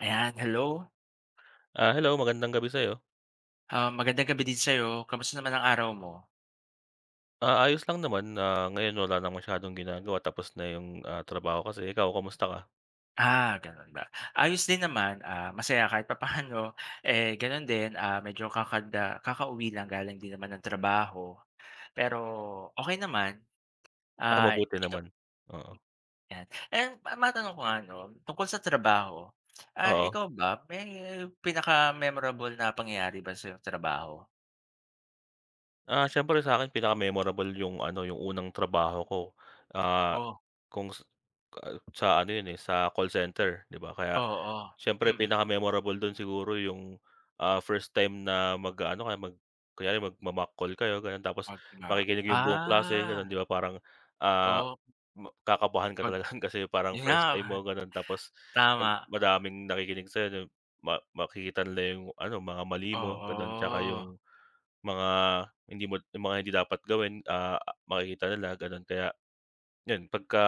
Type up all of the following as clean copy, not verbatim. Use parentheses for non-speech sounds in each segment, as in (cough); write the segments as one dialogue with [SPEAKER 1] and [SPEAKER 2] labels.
[SPEAKER 1] Ayan, hello.
[SPEAKER 2] Hello, magandang gabi sa'yo.
[SPEAKER 1] Ah, magandang gabi din sa'yo. Kamusta naman ang araw mo?
[SPEAKER 2] Ayos lang naman, ngayon wala na masyadong ginagawa, tapos na yung, trabaho kasi. Ikaw, kamusta ka?
[SPEAKER 1] Ah, gano'n ba. Ayos din naman, masaya kahit papaano. Eh, gano'n din, medyo kakauwi lang galing din naman ng trabaho. Pero okay naman. Ah,
[SPEAKER 2] Mabuti
[SPEAKER 1] ikaw
[SPEAKER 2] naman, oo.
[SPEAKER 1] yan. Eh, matanong ko nga 'no, tungkol sa trabaho,
[SPEAKER 2] Oo,
[SPEAKER 1] ikaw ba may pinaka-memorable na pangyayari ba sa iyong trabaho?
[SPEAKER 2] syempre sa akin pinaka-memorable yung ano, yung unang trabaho ko, ah,
[SPEAKER 1] Oh,
[SPEAKER 2] kung s sa ano yun, eh, sa call center, 'di ba? Kaya
[SPEAKER 1] oo.
[SPEAKER 2] siyempre
[SPEAKER 1] Mm.
[SPEAKER 2] pinaka-memorable dun siguro yung, first time na mag-aano ka, kunyari magma-mock call kayo gano'n, tapos
[SPEAKER 1] 'Pag na
[SPEAKER 2] makikinig yung buong klase gano'n, 'di
[SPEAKER 1] ah,
[SPEAKER 2] ba? Parang, ah
[SPEAKER 1] oo.
[SPEAKER 2] Ma kakabahan ka
[SPEAKER 1] 'Pag
[SPEAKER 2] talaga (laughs) kasi parang
[SPEAKER 1] Yun nga,
[SPEAKER 2] first time mo gano'n, tapos
[SPEAKER 1] tama.
[SPEAKER 2] madaming nakikinig sa'yo na makikita nila yung ano, mga mali mo gano'n, tsaka
[SPEAKER 1] Oo,
[SPEAKER 2] yung mga hindi dapat gawin, makikita nila gano'n. Kaya yun, pagka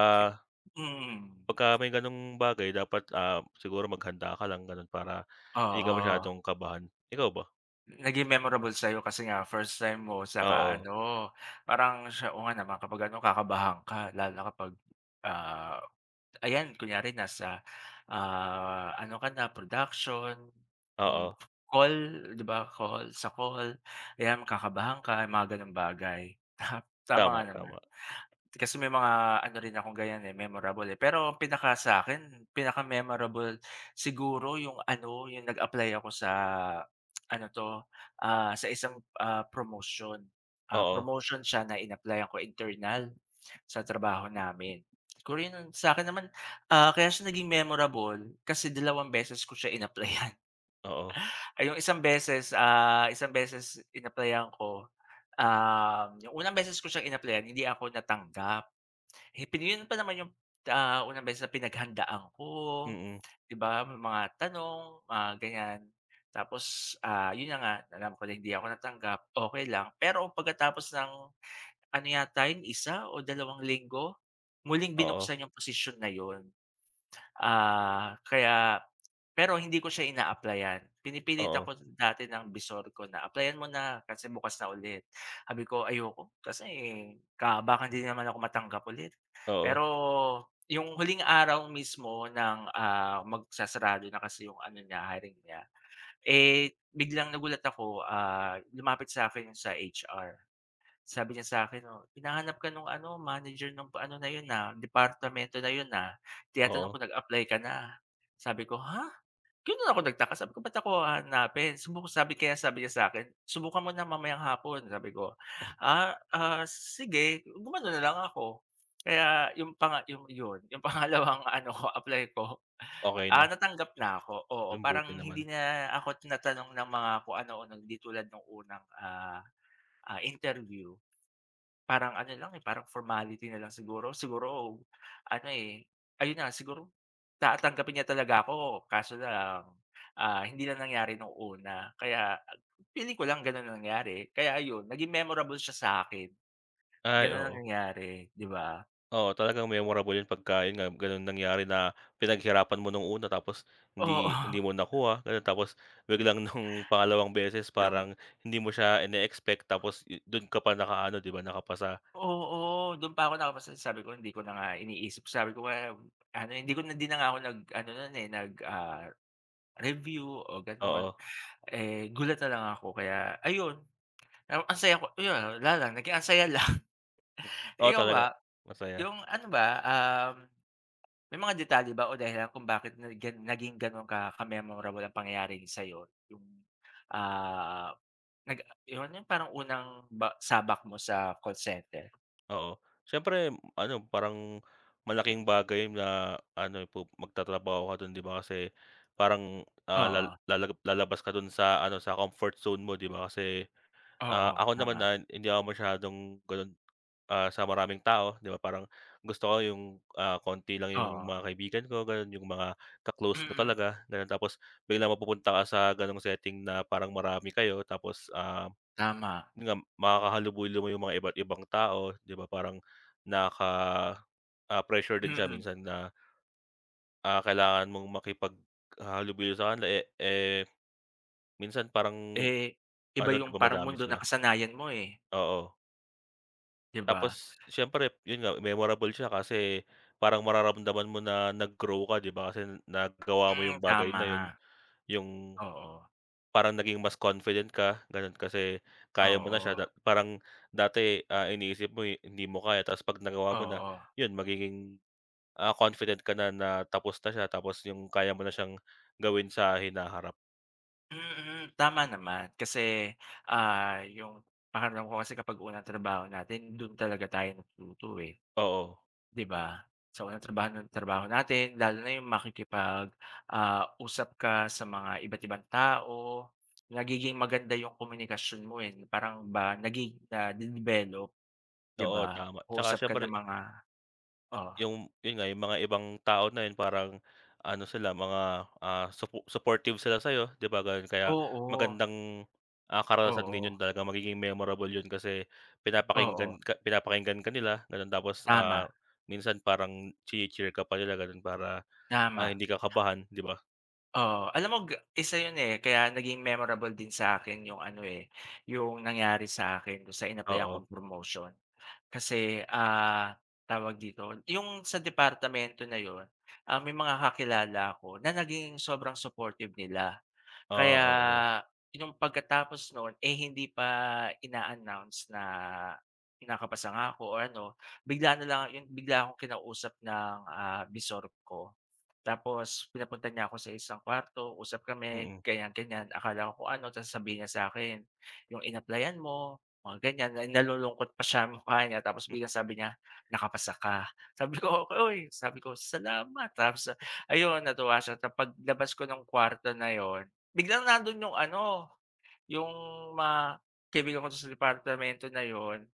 [SPEAKER 1] mm,
[SPEAKER 2] pagka may gano'ng bagay, dapat, siguro maghanda ka lang gano'n para hindi ka
[SPEAKER 1] oo.
[SPEAKER 2] masyadong kabahan. Ikaw ba?
[SPEAKER 1] Naging memorable sa'yo kasi nga first time mo saka
[SPEAKER 2] Oo,
[SPEAKER 1] ano, parang siya oo nga naman kapag ano, kakabahan ka lalo na kapag, ah, ayan kunyari nasa, ano ka na production,
[SPEAKER 2] oo,
[SPEAKER 1] yung call, 'di ba, call sa call, ayan kakabahan ka mga gano'ng bagay. (laughs) Tama
[SPEAKER 2] tama,
[SPEAKER 1] nga naman.
[SPEAKER 2] tama.
[SPEAKER 1] Kasi may mga ano rin akong ganyan, eh, memorable, eh. Pero ang pinaka sa'kin, pinaka-memorable siguro yung ano, yung nag-apply ako sa ano 'to, sa isang, promotion. Ah,
[SPEAKER 2] Oo,
[SPEAKER 1] promotion siya na in-applyan ko, internal sa trabaho namin. Siguro yun sa akin naman, kaya siya naging memorable kasi dalawang beses ko siya in-applyan.
[SPEAKER 2] oo,
[SPEAKER 1] (laughs) Ay, yung isang beses, ah, isang beses in-applyan ko, yung unang beses ko siyang in-applyan hindi ako natanggap. Eh, yun pa naman yung, unang beses na pinaghandaan ko,
[SPEAKER 2] mm,
[SPEAKER 1] 'di ba, may mga tanong, ganyan. Tapos, yun na nga, alam ko na hindi ako natanggap, okey lang. Pero pagkatapos ng ano yata yun, 1 o dalawang linggo, muling
[SPEAKER 2] oo,
[SPEAKER 1] binuksan yung posisyon na yun. Ah, kaya pero hindi ko siya ina-applyan. Pinipilit
[SPEAKER 2] oo,
[SPEAKER 1] ako dati ng visor ko na, "Applyan mo na kasi bukas na ulit." Sabi ko, "Ayoko kasi baka hindi naman ako matanggap ulit."
[SPEAKER 2] oo,
[SPEAKER 1] Pero yung huling araw mismo ng, magsasarado na kasi yung ano niya, hiring niya, eh, biglang nagulat ako, lumapit sa'kin yung sa HR. Sabi niya sa'kin, "Oh, hinahanap ka nung ano, manager nung ano na yun, departamento na yun, Tinatanong
[SPEAKER 2] oo,
[SPEAKER 1] kung nag-apply ka na." Sabi ko, "Ha?" Gano'n ako nagtaka, sabi ko, "Ba't ako hahanapin? Subukan," sabi, kaya sabi niya sa'kin, "Subukan mo na mamayang hapon." Sabi ko, "Ah, sige." Gumano na lang ako. Kaya yung yung yun, yung (laughs) pangalawang ano ko, apply ko,
[SPEAKER 2] okey na,
[SPEAKER 1] natanggap na ako, oo.
[SPEAKER 2] yung buti
[SPEAKER 1] Parang
[SPEAKER 2] naman.
[SPEAKER 1] hindi na ako tinatanong ng mga kung ano-ano, hindi tulad nung unang, interview. Parang ano lang, eh, parang formality na lang siguro. Siguro ano, eh, ayun na siguro tatanggapin niya talaga ako kaso lang, hindi lang nangyari nung una. Kaya feeling ko lang gano'n ang nangyari. Kaya ayun, naging memorable siya sa'kin.
[SPEAKER 2] Ay,
[SPEAKER 1] Gano'n ang
[SPEAKER 2] oo.
[SPEAKER 1] nangyari, 'di ba?
[SPEAKER 2] Oo, talagang memorable 'yun, pagka 'yun nga, gano'n nangyari, na pinaghirapan mo nung una, tapos
[SPEAKER 1] Oo,
[SPEAKER 2] hindi hindi mo nakuha, gano'n. Tapos biglang (laughs) nung pangalawang beses,
[SPEAKER 1] (laughs) yung
[SPEAKER 2] parang hindi mo siya ine-expect, tapos do'n ka pa nakaano, 'di ba, nakapasa.
[SPEAKER 1] oo, do'n pa ako nakapasa, sabi ko hindi ko na nga iniisip. Sabi ko nga ano, hindi ko na 'di na nga ako nag-ano no'n, eh, review o gano'n.
[SPEAKER 2] Oo.
[SPEAKER 1] Eh, gulat na lang ako kaya ayun. Um, ang saya ko yun, wala lang, naging ang saya lang.
[SPEAKER 2] M
[SPEAKER 1] (laughs)
[SPEAKER 2] Oo,
[SPEAKER 1] Ikaw
[SPEAKER 2] talaga.
[SPEAKER 1] ba,
[SPEAKER 2] Masaya,
[SPEAKER 1] yung ano ba, may mga detalye ba o dahilan kung bakit na gan naging gano'n ka-memorable ang pangyayari sa'yo? Yung, ah, nag yun yung parang unang ba sabak mo sa call center?
[SPEAKER 2] oo. Siyempre, ano, parang malaking bagay na ano, magtatrabaho ka do'n, 'di ba, kasi parang,
[SPEAKER 1] Oo,
[SPEAKER 2] lalabas ka do'n sa ano, sa comfort zone mo, 'di ba, kasi
[SPEAKER 1] oo,
[SPEAKER 2] ako naman,
[SPEAKER 1] tama.
[SPEAKER 2] hindi ako masyadong gano'n, sa maraming tao, 'di ba, parang gusto ko yung, konti lang yung
[SPEAKER 1] Oo,
[SPEAKER 2] mga kaibigan ko, gano'n, yung mga ka-close mo
[SPEAKER 1] mm,
[SPEAKER 2] talaga, gano'n. Tapos biglang mapupunta ka sa gano'ng setting na parang marami kayo, tapos,
[SPEAKER 1] tama,
[SPEAKER 2] yun nga, makakahalubilo mo yung mga iba't ibang tao, 'di ba, parang nakaka, pressure din siya
[SPEAKER 1] mm.
[SPEAKER 2] minsan na, kailangan mong makipaghalubilo sa kanila, eh, minsan parang
[SPEAKER 1] Eh, iba
[SPEAKER 2] ano, 'di
[SPEAKER 1] yung
[SPEAKER 2] ba,
[SPEAKER 1] parang
[SPEAKER 2] madami
[SPEAKER 1] mundo na
[SPEAKER 2] sila,
[SPEAKER 1] kasanayan mo, eh,
[SPEAKER 2] oo.
[SPEAKER 1] 'di ba?
[SPEAKER 2] Tapos siyempre yun nga, memorable siya kasi parang mararamdaman mo na nag-grow ka, 'di ba, kasi nagawa mo
[SPEAKER 1] Hmm,
[SPEAKER 2] yung bagay
[SPEAKER 1] tama.
[SPEAKER 2] na yun, yung
[SPEAKER 1] Oo,
[SPEAKER 2] parang naging mas confident ka ganun, kasi kaya mo na
[SPEAKER 1] oo,
[SPEAKER 2] siya, parang dati, iniisip mo, eh, hindi mo kaya, tapos 'pag nagawa mo na
[SPEAKER 1] oo.
[SPEAKER 2] yun, magiging, confident ka na, na tapos na siya, tapos yung kaya mo na siyang gawin sa hinaharap.
[SPEAKER 1] Mm, tama naman kasi, ah, yung pakiramdam ko kasi kapag unang trabaho natin dun talaga tayo natututo, eh,
[SPEAKER 2] Oo,
[SPEAKER 1] 'di ba? Sa unang trabaho ng trabaho natin lalo na yung makikipag, usap ka sa mga iba't ibang tao, nagiging maganda yung komunikasyon mo, eh, parang ba nade-develop, 'di
[SPEAKER 2] oo,
[SPEAKER 1] ba?
[SPEAKER 2] tama. Tsaka
[SPEAKER 1] Usap ka ng
[SPEAKER 2] siyempre,
[SPEAKER 1] mga, oh,
[SPEAKER 2] Yun nga, yung mga ibang tao na yun parang ano sila, mga, supportive sila sa'yo, 'di ba, ganon. Kaya
[SPEAKER 1] oo,
[SPEAKER 2] magandang, karanasan din
[SPEAKER 1] oo,
[SPEAKER 2] yun, talaga magiging memorable yun, kasi
[SPEAKER 1] oo,
[SPEAKER 2] pinapakinggan ka, pinapakinggan ka nila ganon, tapos,
[SPEAKER 1] tama,
[SPEAKER 2] minsan parang chini-cheer ka pa nila ganun, para,
[SPEAKER 1] tama.
[SPEAKER 2] hindi ka kabahan, 'di ba?
[SPEAKER 1] Oo, alam mo isa 'yun, eh, kaya naging memorable din sa'kin yung ano, eh, yung nangyari sa'kin do'n sa in-applyan
[SPEAKER 2] Oo,
[SPEAKER 1] kong promotion. Kasi, tawag dito, yung sa departamento na 'yun, may mga kakilala ako na naging sobrang supportive nila. Kaya
[SPEAKER 2] oo,
[SPEAKER 1] yung pagkatapos noon, eh, hindi pa ina-announce, na kinakabasa nga ako or ano, bigla na lang bigla akong kinausap ng, bisor ko. Tapos pinapunta niya ako sa isang kwarto, usap kami
[SPEAKER 2] mm,
[SPEAKER 1] ganyan-ganyan. Akala ko kung ano, tapos sabihin niya sa akin, "Yung inaplayan mo," mga ganyan. Na nalulungkot pa siya, yung mukha niya, tapos bigla sabi niya, "Nakapasa ka." Sabi ko, "Uy," sabi ko, "Salamat." Tapos ayun, natuwa siya. Tapos paglabas ko ng kwarto na yon, biglang nando'n yung ano, yung mga kaibigan ko do'n sa departamento na 'yun,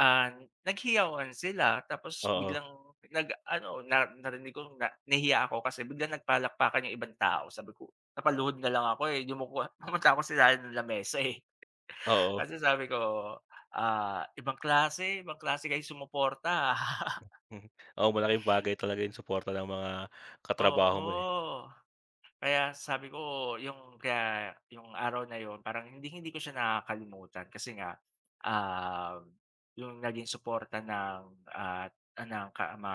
[SPEAKER 1] ah, naghiyawan sila tapos
[SPEAKER 2] oo,
[SPEAKER 1] biglang nag-ano, na narinig ko, na nahiya ako kasi biglang nagpalakpakan yung ibang tao. Sabi ko, napaluhod na lang ako, eh, yumuko, (laughs) pumunta ako sa ilalim ng lamesa, eh.
[SPEAKER 2] oo,
[SPEAKER 1] Kasi sabi ko, ibang klase kayo sumuporta, ah." (laughs)
[SPEAKER 2] (laughs) mhm. Oo, malaking bagay talaga yung suporta ng mga katrabaho mo, eh,
[SPEAKER 1] Oo. Kaya sabi ko, yung kaya yung araw na yun parang hindi hindi ko siya nakakalimutan kasi nga, um, yung naging suporta ng, ah, ng ka ma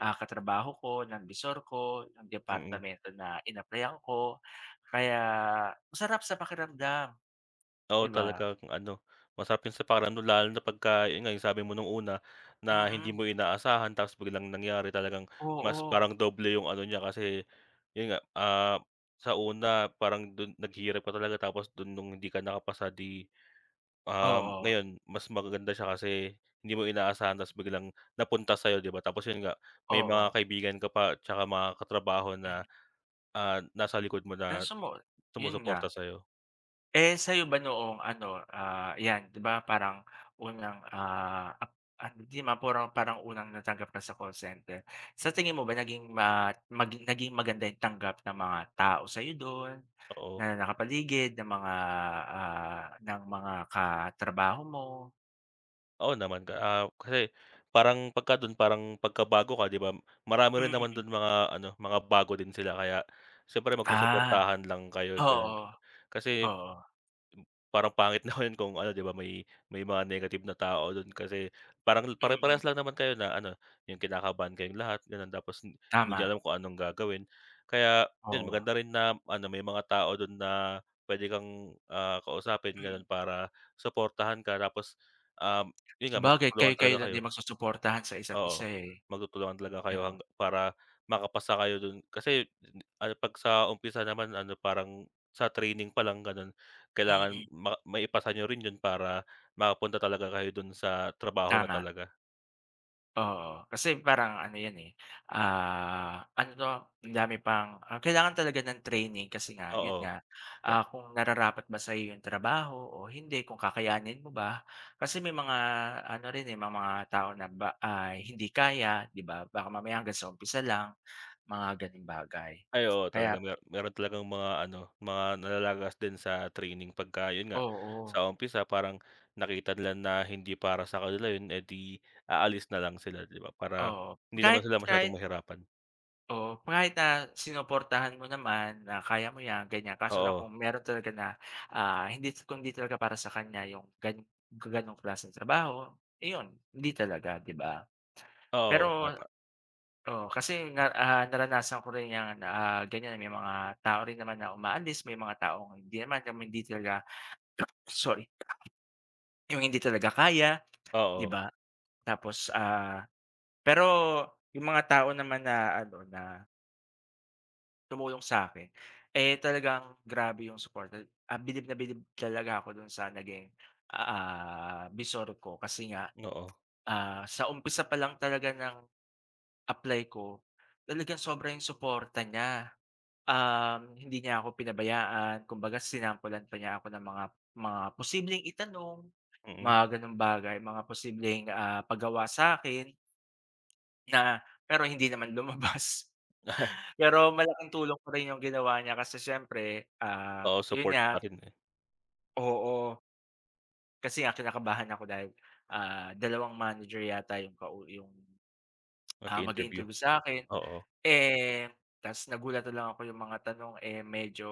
[SPEAKER 1] ah, katrabaho ko, ng bisor ko, ng
[SPEAKER 2] mm.
[SPEAKER 1] departamento na in-applyan ko, kaya masarap sa pakiramdam,
[SPEAKER 2] Oo,
[SPEAKER 1] 'di ba?
[SPEAKER 2] talagang ano, masarap yun sa pakiramdam, lalo na pagka yun nga, yung sabi mo nung una, na hindi
[SPEAKER 1] Mm.
[SPEAKER 2] mo inaasahan, tapos biglang nangyari, talagang mas
[SPEAKER 1] Oo,
[SPEAKER 2] parang doble yung ano niya, kasi yun nga, sa una parang dun naghirap ka talaga, tapos dun nung hindi ka nakapasa,
[SPEAKER 1] oo, oo,
[SPEAKER 2] ngayon mas magaganda siya, kasi hindi mo inaasahan, tapos biglang napunta sa'yo, 'di ba? Tapos yun nga, may
[SPEAKER 1] oo.
[SPEAKER 2] mga kaibigan ka pa, tsaka mga katrabaho
[SPEAKER 1] Hmm,
[SPEAKER 2] na, nasa likod mo na
[SPEAKER 1] kaso mo yun nga.
[SPEAKER 2] sumusuporta sa'yo,
[SPEAKER 1] Eh, sa'yo ba noong ano, 'yan, 'di ba parang unang, ah, ap ah, 'di ma parang parang unang natanggap ka sa call center. Sa tingin mo ba naging maganda yung tanggap ng mga tao sa'yo do'n,
[SPEAKER 2] oo.
[SPEAKER 1] na nakapaligid, ng mga katrabaho mo?
[SPEAKER 2] Oo naman, kasi parang pagka dun, parang pagkabago ka, 'di ba, marami rin naman
[SPEAKER 1] Mm.
[SPEAKER 2] dun mga ano, mga bago din sila, kaya siyempre
[SPEAKER 1] Ah,
[SPEAKER 2] magsusuportahan lang kayo, gano'n.
[SPEAKER 1] oo,
[SPEAKER 2] Kasi
[SPEAKER 1] oo.
[SPEAKER 2] parang pangit (laughs) na naman kung ano, 'di ba, may mga negative na tao dun, kasi parang
[SPEAKER 1] Mm,
[SPEAKER 2] pare-parehas lang naman kayo na ano, yung kinakabahan kayong lahat gano'n, tapos hindi niyo
[SPEAKER 1] tama,
[SPEAKER 2] alam kung anong gagawin. Kaya yun,
[SPEAKER 1] oo.
[SPEAKER 2] maganda rin na ano, may mga tao dun na pwede kang, kausapin
[SPEAKER 1] Mm.
[SPEAKER 2] gano'n para suportahan ka, tapos, um, yun nga,
[SPEAKER 1] Sabagay
[SPEAKER 2] magtutulungan
[SPEAKER 1] kayo-kayo
[SPEAKER 2] talaga
[SPEAKER 1] lang din
[SPEAKER 2] kayo.
[SPEAKER 1] magsusuportahan sa isa't
[SPEAKER 2] Oo,
[SPEAKER 1] isa, eh,
[SPEAKER 2] magtutulungan talaga kayo,
[SPEAKER 1] gano'n.
[SPEAKER 2] para makapasa kayo dun. Kasi ano, 'pag sa umpisa naman ano, parang sa training pa lang gano'n, kailangan
[SPEAKER 1] Mm,
[SPEAKER 2] maipasa niyo rin yun para makapunta talaga kayo dun sa trabaho na
[SPEAKER 1] tama.
[SPEAKER 2] talaga.
[SPEAKER 1] Oo, kasi parang ano 'yan, eh, ano 'to, ang dami pang kailangan talaga ng training kasi nga, yun
[SPEAKER 2] Oo,
[SPEAKER 1] nga,
[SPEAKER 2] kay
[SPEAKER 1] kung nararapat ba sa'yo yung trabaho o hindi, kung kakayanin mo ba. Kasi may mga ano rin, eh, mga tao na ba, hindi kaya, 'di ba? Baka mamaya hanggang sa umpisa lang, mga gano'ng bagay.
[SPEAKER 2] ay oo,
[SPEAKER 1] Kaya
[SPEAKER 2] talaga, meron talagang mga ano, mga nalalagas din sa training pagka yun nga,
[SPEAKER 1] oo,
[SPEAKER 2] sa umpisa parang nakita nila na hindi para sa kanila yun, eh, di aalis na lang sila, 'di ba? Para
[SPEAKER 1] oo.
[SPEAKER 2] hindi naman
[SPEAKER 1] Kahit
[SPEAKER 2] sila
[SPEAKER 1] Kahit
[SPEAKER 2] masyadong mahirapan.
[SPEAKER 1] oo, kahit na sinuportahan mo naman na kaya mo 'yan, ganyan. Kaso lang
[SPEAKER 2] Oo,
[SPEAKER 1] kung meron talaga na, hindi, kung hindi talaga para sa kanya yung gano'ng klaseng trabaho, iyon, hindi talaga, 'di ba?
[SPEAKER 2] oo,
[SPEAKER 1] Pero oo, kasi nga, naranasan ko rin yung, ganyan. May mga tao rin naman na umaalis, may mga taong hindi naman, yung hindi talaga, sorry, yung hindi talaga kaya, 'di
[SPEAKER 2] oo,
[SPEAKER 1] ba? Tapos, pero yung mga tao naman na ano, na tumulong sa'kin. Eh, talagang grabe yung suporta, bilib na bilib talaga ako dun sa naging, visor ko kasi nga,
[SPEAKER 2] oo,
[SPEAKER 1] sa umpisa pa lang talaga ng apply ko, talagang sobra yung suporta niya. Um, hindi niya ako pinabayaan, kumbaga sinampulan pa niya ako ng mga posibleng itanong,
[SPEAKER 2] mm.
[SPEAKER 1] mga gano'ng bagay, mga posibleng, pagawa sa'kin, na pero hindi naman lumabas.
[SPEAKER 2] (laughs)
[SPEAKER 1] Pero malaking tulong pa rin yung ginawa niya kasi siyempre,
[SPEAKER 2] Oo,
[SPEAKER 1] yun
[SPEAKER 2] support pa
[SPEAKER 1] nga.
[SPEAKER 2] rin, eh,
[SPEAKER 1] Oo, kasi nga kinakabahan ako dahil, dalawang manager yata yung yung, mag
[SPEAKER 2] mag-interview,
[SPEAKER 1] interview sa akin.
[SPEAKER 2] oo,
[SPEAKER 1] Eh, ta's nagulat na lang ako yung mga tanong, eh, medyo.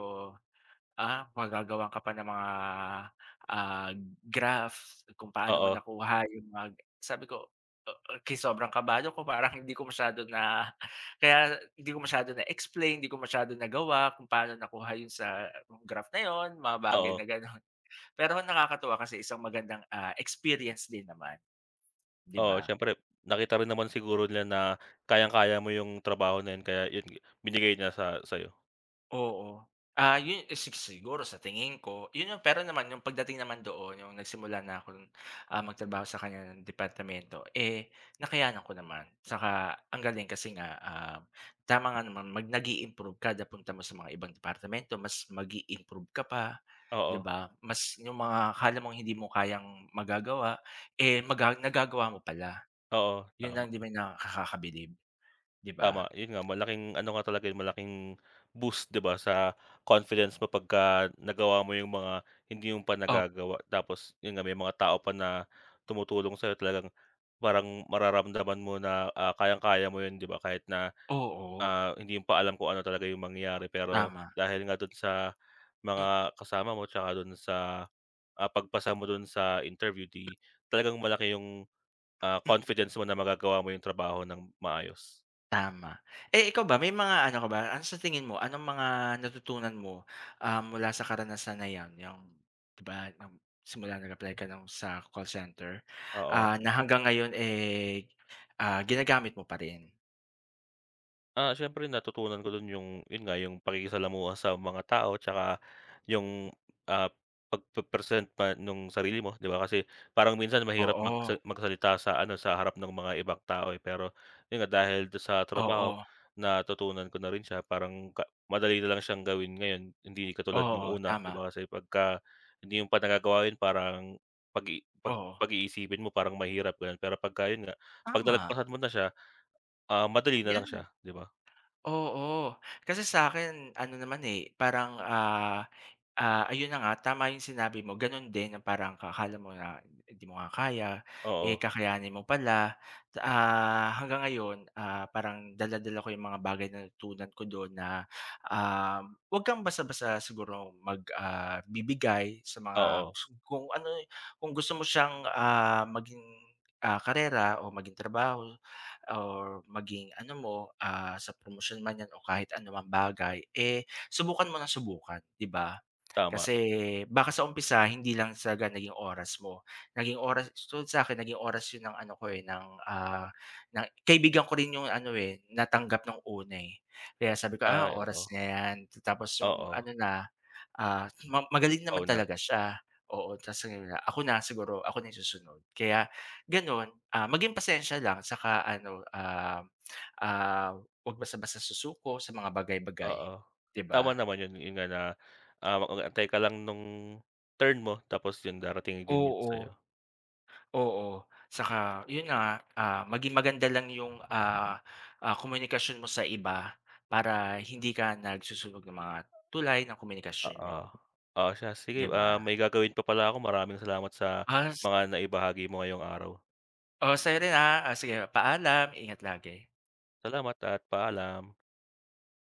[SPEAKER 1] Ah, magagawan ka pa ng mga, ah, graph kung paano mo
[SPEAKER 2] oo,
[SPEAKER 1] nakuha yung mga, sabi ko, o okey, sobrang kabado ko parang hindi ko masyado na kaya, hindi ko masyado na-explain, hindi ko masyado nagawa kung paano nakuha yun sa graph na yun, mga bagay
[SPEAKER 2] oo,
[SPEAKER 1] na gano'n. Pero nakakatuwa kasi isang magandang, experience din naman, 'di
[SPEAKER 2] oo,
[SPEAKER 1] ba?
[SPEAKER 2] siyempre nakita rin naman siguro nila na kayang-kaya mo yung trabaho na yun, kaya yun binigay niya sa'yo.
[SPEAKER 1] Oo. Ah, yun siguro sa tingin ko, yun yung pero naman yung pagdating naman doon, yung nagsimula na ako, magtrabaho sa kanya ng departamento, eh, nakayanan ko naman. Tsaka ang galing kasi nga, tama nga naman, nag-i-improve kada punta mo sa mga ibang departamento, mas mag improve ka pa, 'di
[SPEAKER 2] Oo,
[SPEAKER 1] ba? Mas yung mga akala mong hindi mo kayang magagawa, eh, nagagawa mo pala.
[SPEAKER 2] oo,
[SPEAKER 1] Yun lang
[SPEAKER 2] tama,
[SPEAKER 1] din may nakakabilib, 'di ba?
[SPEAKER 2] tama, yun nga, malaking ano nga talaga yun, malaking boost, 'di ba, sa confidence mo pagka nagawa mo yung mga hindi mo pa
[SPEAKER 1] Oh,
[SPEAKER 2] nagagawa, tapos yun nga, may mga tao pa na tumutulong sa'yo, talagang parang mararamdaman mo na, kayang-kaya mo yun, 'di ba, kahit na
[SPEAKER 1] oo,
[SPEAKER 2] Hindi mo pa alam kung ano talaga yung mangyayari, pero
[SPEAKER 1] tama.
[SPEAKER 2] dahil nga dun sa
[SPEAKER 1] Mm.
[SPEAKER 2] mga kasama mo, tsaka dun sa, pagpasa mo dun sa interview, 'di, talagang malaki yung,
[SPEAKER 1] Mm.
[SPEAKER 2] confidence mo na magagawa mo yung trabaho ng maayos.
[SPEAKER 1] Tama. Eh, ikaw ba may mga ano ka ba, ano sa tingin mo, anong mga natutunan mo, mula sa karanasan na 'yan, yung 'di ba nung simula nag-apply ka ng sa call center,
[SPEAKER 2] Oo.
[SPEAKER 1] na hanggang ngayon, eh, ginagamit mo pa rin?
[SPEAKER 2] Siyempre natutunan ko dun yung yun nga, yung pakikisalamuha sa mga tao, tsaka yung, ah, pagpe-present pa nung sarili mo, 'di ba? Kasi parang minsan mahirap
[SPEAKER 1] Oo,
[SPEAKER 2] magsalita sa ano, sa harap ng mga ibang tao, eh. Pero yun nga, dahil dun sa trabaho
[SPEAKER 1] oo,
[SPEAKER 2] natutunan ko na rin siya. Parang madali na lang siyang gawin ngayon, hindi katulad nung
[SPEAKER 1] oo,
[SPEAKER 2] una, 'di
[SPEAKER 1] tama.
[SPEAKER 2] ba? Kasi pagka hindi yung pa nagagawa yun, parang pag-i pag
[SPEAKER 1] Oo,
[SPEAKER 2] pag-iisipin mo parang mahirap, ganun. Pero pagka yun nga, 'pag
[SPEAKER 1] tama.
[SPEAKER 2] nalagpasan mo na siya, madali na lang siya, 'di ba?
[SPEAKER 1] Oo, kasi sa akin ano naman, eh, parang, ayun na nga tama yung sinabi mo gano'n din na parang akala mo na hindi mo nga kaya, eh,
[SPEAKER 2] Oo,
[SPEAKER 1] kakayanin mo pala. Hanggang ngayon, parang dala-dala ko yung mga bagay na natutunan ko doon na, 'wag kang basta-basta siguro magbibigay sa mga
[SPEAKER 2] oo,
[SPEAKER 1] kung ano, kung gusto mo siyang, maging, karera o maging trabaho or maging ano mo, sa promotion man 'yan o kahit anumang bagay, eh, subukan mo na subukan, 'di ba?
[SPEAKER 2] tama.
[SPEAKER 1] Kasi baka sa umpisa hindi lang talaga naging oras mo, naging oras, tulad sa akin, naging oras 'yun ng ano ko, eh, ng, ng kaibigan ko rin 'yung ano, eh, natanggap ng una, eh. Kaya sabi ko, "Ah,
[SPEAKER 2] Ay, oo,
[SPEAKER 1] oras na 'yan." Tapos 'yung
[SPEAKER 2] oo,
[SPEAKER 1] ano na, Ah, ma magaling
[SPEAKER 2] ikaw
[SPEAKER 1] naman
[SPEAKER 2] na,
[SPEAKER 1] talaga siya, oo. Tapos sabi nila, "Ako na siguro, ako na yung susunod." Kaya gano'n, maging pasensya lang tsaka ano, ah, 'wag basta-basta susuko sa mga bagay-bagay,
[SPEAKER 2] oo.
[SPEAKER 1] 'di
[SPEAKER 2] Tama
[SPEAKER 1] ba?
[SPEAKER 2] naman yun, yun nga na, mag-aantay ka lang nung turn mo, tapos yun darating din yun sa'yo,
[SPEAKER 1] Oo, oo. Tsaka 'yun na nga, maging maganda lang yung, komunikasyon mo sa iba para hindi ka nagsusunog ng mga tulay ng komunikasyon
[SPEAKER 2] oo.
[SPEAKER 1] niyo,
[SPEAKER 2] Oo, sige,
[SPEAKER 1] 'di ba?
[SPEAKER 2] may gagawin pa pala ako. Maraming salamat sa
[SPEAKER 1] As
[SPEAKER 2] mga naibahagi mo ngayong araw.
[SPEAKER 1] Oo, sa'yo rin, Ah, sige paalam, ingat lagi.
[SPEAKER 2] Salamat at paalam.